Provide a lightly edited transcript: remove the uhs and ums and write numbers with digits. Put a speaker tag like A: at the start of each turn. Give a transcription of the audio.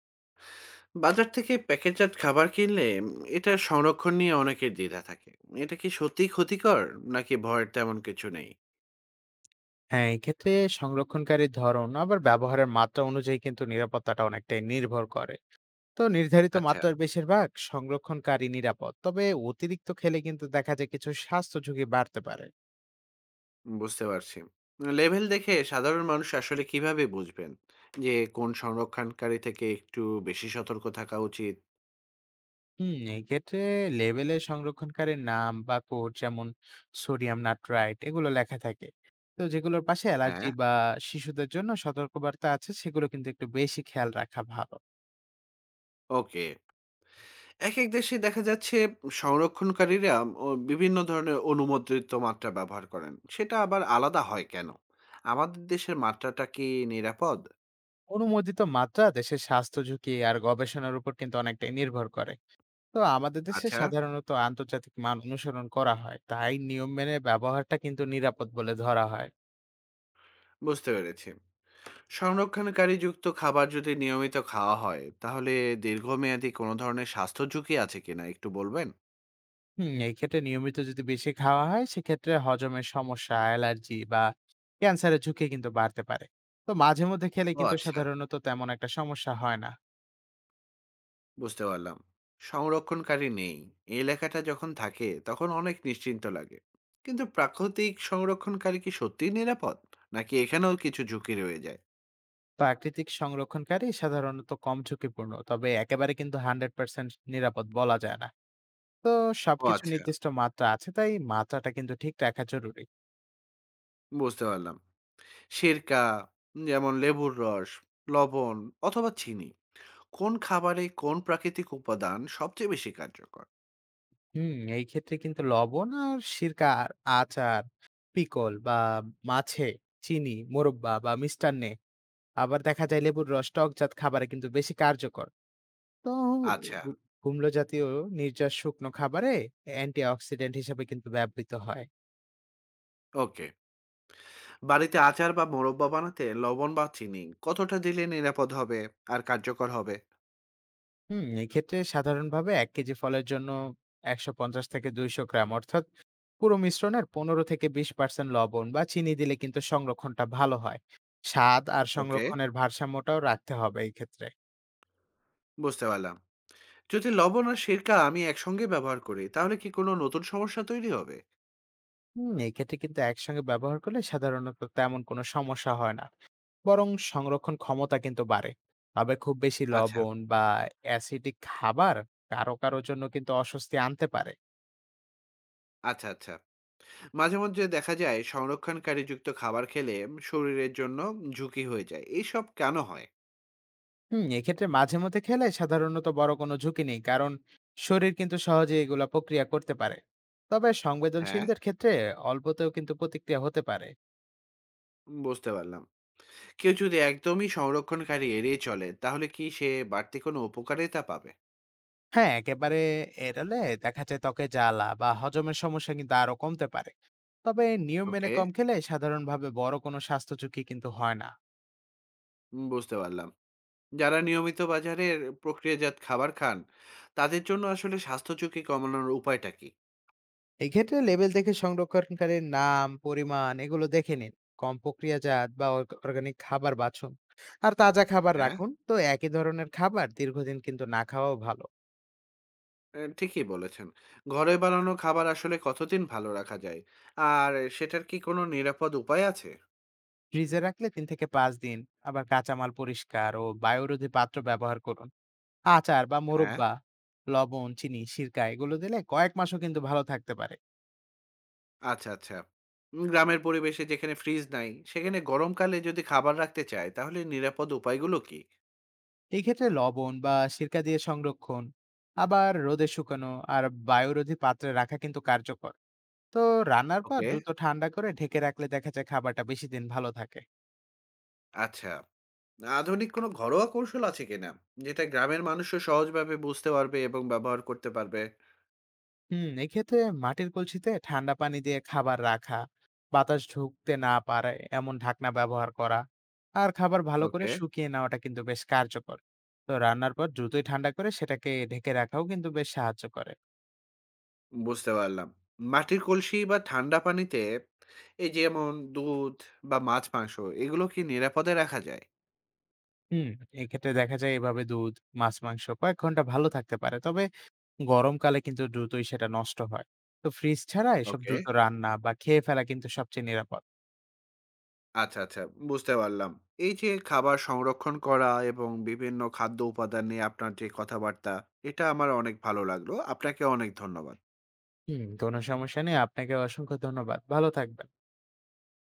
A: বাজার থেকে প্যাকেটজাত খাবার কিনলে এটা সংরক্ষণ নিয়ে অনেকের দ্বিধা থাকে। এটা কি সত্যিই ক্ষতিকর, নাকি ভয়ের তেমন কিছু নেই?
B: হ্যাঁ, এক্ষেত্রে সংরক্ষণকারীর ধরন আবার ব্যবহারের মাত্রা অনুযায়ী কিন্তু নিরাপত্তাটা অনেকটাই নির্ভর করে। তো নির্ধারিত
A: আচ্ছা,
B: মাত্রার বেশিরভাগ সংরক্ষণকারী নিরাপদ। তবে অতিরিক্ত খেলে কিন্তু দেখা যায় কিছু স্বাস্থ্য ঝুঁকি বাড়তে পারে।
A: বুঝতে পারছি। লেভেল দেখে সাধারণ মানুষ আসলে কিভাবে বুঝবেন যে কোন সংরক্ষণকারী থেকে একটু বেশি সতর্ক থাকা উচিত?
B: এক্ষেত্রে লেবেলে সংরক্ষণকারীর নাম বা কোড যেমন সোডিয়াম নাইট্রাইট এগুলো লেখা থাকে। তো যেগুলোর পাশে অ্যালার্জি
A: হ্যাঁ।
B: বা শিশুদের জন্য সতর্কবার্তা আছে সেগুলো কিন্তু একটু বেশি খেয়াল রাখা ভালো।
A: ওকে। এক এক দেশে দেখা যাচ্ছে সংরক্ষণকারীরা ও বিভিন্ন ধরনের অনুমোদিত মাত্রা ব্যবহার করেন, সেটা আবার আলাদা হয় কেন? আমাদের দেশের মাত্রাটা কি নিরাপদ?
B: অনুমোদিত মাত্রা দেশের স্বাস্থ্য ঝুঁকি আর গবেষণার উপর কিন্তু অনেকটাই নির্ভর করে। তো আমাদের দেশে
A: আচ্ছা,
B: সাধারণত আন্তর্জাতিক মান অনুসরণ করা হয়, তাই নিয়ম মেনে ব্যবহারটা কিন্তু নিরাপদ বলে ধরা হয়।
A: বুঝতে পেরেছি। সংরক্ষণকারী যুক্ত খাবার যদি নিয়মিত খাওয়া হয়, তাহলে দীর্ঘমেয়াদী কোনো ধরনের স্বাস্থ্য ঝুঁকি আছে কিনা একটু বলবেন?
B: এই ক্ষেত্রে নিয়মিত যদি বেশি খাওয়া হয় সেক্ষেত্রে হজমের সমস্যা, অ্যালার্জি বা ক্যান্সারের ঝুঁকি কিন্তু বাড়তে পারে। তো মাঝে মধ্যে খেলে
A: ও
B: কিন্তু
A: আচ্ছা,
B: সাধারণত তেমন একটা সমস্যা হয় না।
A: বুঝতে পারলাম। সংরক্ষণকারী নেই। এই লেখাটা যখন থাকে তখন অনেক নিশ্চিন্ত লাগে। কিন্তু প্রাকৃতিক সংরক্ষণকারী কি সত্যিই নিরাপদ? নাকি এখানেও কিছু ঝুঁকি রয়ে যায়?
B: প্রাকৃতিক সংরক্ষণকারী সাধারণত কম ঝুঁকিপূর্ণ, তবে একেবারে কিন্তু হান্ড্রেড পার্সেন্ট নিরাপদ বলা যায় না। তো
A: ও
B: সবকিছু
A: আচ্ছা,
B: নির্দিষ্ট মাত্রা আছে, তাই মাত্রাটা কিন্তু ঠিক রাখা জরুরি।
A: বুঝতে পারলাম। সিরকা যেমন লেবুর রস, লবণ অথবা চিনি, কোন খাবারে কোন প্রাকৃতিক উপাদান সবচেয়ে বেশি কার্যকর?
B: এই ক্ষেত্রে কিন্তু লবণ আর সিরকা, আর আচার, পিকল বা মাছে, চিনি, মোরব্বা বা মিষ্টান্নে, আবার দেখা যায় লেবুর রস টকজাত খাবারে কিন্তু বেশি কার্যকর। তো
A: আচ্ছা,
B: গু কুমড়ো জাতীয় নির্যাস শুকনো খাবারে অ্যান্টিঅক্সিডেন্ট হিসেবে কিন্তু ব্যবহৃত হয়।
A: ওকে। বাড়িতে আচার বা মোরব্বা বানাতে লবণ বা চিনি কতটা দিলে নিরাপদ হবে আর কার্যকর হবে?
B: এক্ষেত্রে সাধারণভাবে ১ কেজি ফলের জন্য ১৫০ থেকে ২০০ গ্রাম, অর্থাৎ পুরো মিশ্রণের ১৫ থেকে 20% লবণ বা চিনি দিলে কিন্তু সংরক্ষণটা ভালো হয়। স্বাদ আর
A: ওকে,
B: সংরক্ষণের ভারসাম্যটাও রাখতে হবে এই ক্ষেত্রে।
A: বুঝতে পারলাম। যদি লবণ আর সিরকা আমি একসঙ্গে ব্যবহার করি, তাহলে কি কোনো নতুন সমস্যা তৈরি হবে?
B: এক্ষেত্রে কিন্তু একসঙ্গে ব্যবহার করলে সাধারণত তেমন কোনো সমস্যা হয় না। বরং সংরক্ষণ ক্ষমতা কিন্তু বাড়ে। তবে খুব বেশি
A: আচ্ছা
B: লবণ বা অ্যাসিডিক খাবার কারো জন্য কিন্তু অস্বস্তি আনতে পারে।
A: আচ্ছা। আচ্ছা, মাঝে মধ্যে দেখা যায় সংরক্ষণকারী যুক্ত খাবার খেলে শরীরের জন্য ঝুঁকি হয়ে যায়, এইসব কেন হয়?
B: এক্ষেত্রে মাঝে মধ্যে খেলে সাধারণত বড় কোনো ঝুঁকি নেই, কারণ শরীর কিন্তু সহজে এগুলা প্রক্রিয়া করতে পারে। তবে
A: হ্যাঁ,
B: সংবেদনশীলদের ক্ষেত্রে অল্পতেও কিন্তু প্রতিক্রিয়া হতে পারে।
A: বুঝতে পারলাম। কেউ যদি একদমই সংরক্ষণকারী এড়িয়ে চলে, তাহলে কি সে বাড়তি কোনো উপকারিতা পাবে?
B: হ্যাঁ, একেবারে এড়ালে দেখা যায় ত্বকে জ্বালা বা হজমের সমস্যা কিন্তু আরো কমতে পারে। তবে নিয়ম মেনে
A: ওকে,
B: কম খেলে সাধারণভাবে বড় কোনো স্বাস্থ্য ঝুঁকি কিন্তু হয় না।
A: বুঝতে পারলাম। যারা নিয়মিত বাজারের প্রক্রিয়াজাত খাবার খান, তাদের জন্য আসলে স্বাস্থ্য ঝুঁকি কমানোর উপায়টা কি?
B: এক্ষেত্রে লেবেল দেখে সংরক্ষণকারীর নাম, পরিমাণ এগুলো দেখে নিন। কম প্রক্রিয়াজাত বা অর্গানিক খাবার বাছুন, আর তাজা খাবার
A: হ্যাঁ,
B: রাখুন। তো একই ধরনের খাবার দীর্ঘদিন কিন্তু না খাওয়াও ভালো।
A: ঠিকই বলেছেন। ঘরে বানানো খাবার আসলে কতদিন ভালো রাখা যায়, আর সেটার কি কোনো নিরাপদ উপায় আছে?
B: ফ্রিজে রাখলে 3 থেকে 5 দিন। আবার কাঁচামাল পরিষ্কার ও বায়ুরোধী পাত্র ব্যবহার করুন। আচার বা
A: হ্যাঁ।
B: মোরব্বা, লবণ, চিনি, সিরকা এগুলো দিলে কয়েক মাসও কিন্তু ভালো থাকতে পারে।
A: আচ্ছা আচ্ছা, গ্রামের পরিবেশে যেখানে ফ্রিজ নাই সেখানে গরমকালে যদি খাবার রাখতে চায়, তাহলে নিরাপদ উপায়গুলো কি?
B: এই ক্ষেত্রে লবণ বা সিরকা দিয়ে সংরক্ষণ, আবার রোদে শুকানো আর বায়ুরোধী পাত্রে রাখা কিন্তু কার্যকর। তো রান্নার পর
A: ওকে।
B: দ্রুত ঠান্ডা করে ঢেকে রাখলে দেখা যায় খাবারটা বেশি দিন ভালো থাকে।
A: আচ্ছা, আধুনিক কোনো ঘরোয়া কৌশল আছে কিনা, যেটা গ্রামের মানুষও সহজভাবে বুঝতে পারবে এবং ব্যবহার করতে পারবে?
B: এক্ষেত্রে মাটির কলসিতে ঠান্ডা পানি দিয়ে খাবার রাখা, বাতাস ঢুকতে না পারে এমন ঢাকনা ব্যবহার করা, আর খাবার ভালো করে
A: ওকে,
B: শুকিয়ে নেওয়াটা কিন্তু বেশ কার্যকর। তো রান্নার পর দ্রুতই ঠান্ডা করে সেটাকে ঢেকে রাখাও কিন্তু বেশ সাহায্য করে।
A: বুঝতে পারলাম। মাটির কলসি বা ঠান্ডা পানিতে এই যেমন দুধ বা মাছ, মাংস, এগুলো কি নিরাপদে রাখা যায়?
B: হুম এক্ষেত্রে দেখা যায় এভাবে দুধ, মাছ, মাংস কয়েক ঘন্টা ভালো থাকতে পারে। তবে গরমকালে কিন্তু দ্রুতই সেটা নষ্ট হয়। তো ফ্রিজ ছাড়া এসব
A: ওকে।
B: দ্রুত রান্না বা খেয়ে ফেলা কিন্তু সবচেয়ে নিরাপদ।
A: আচ্ছা, আচ্ছা, বুঝতে পারলাম। এই যে খাবার সংরক্ষণ করা এবং বিভিন্ন খাদ্য উপাদান নিয়ে আপনার যে কথাবার্তা, এটা আমার অনেক ভালো লাগলো। আপনাকে অনেক ধন্যবাদ।
B: কোনো সমস্যা নেই। আপনাকে অসংখ্য ধন্যবাদ। ভালো থাকবেন।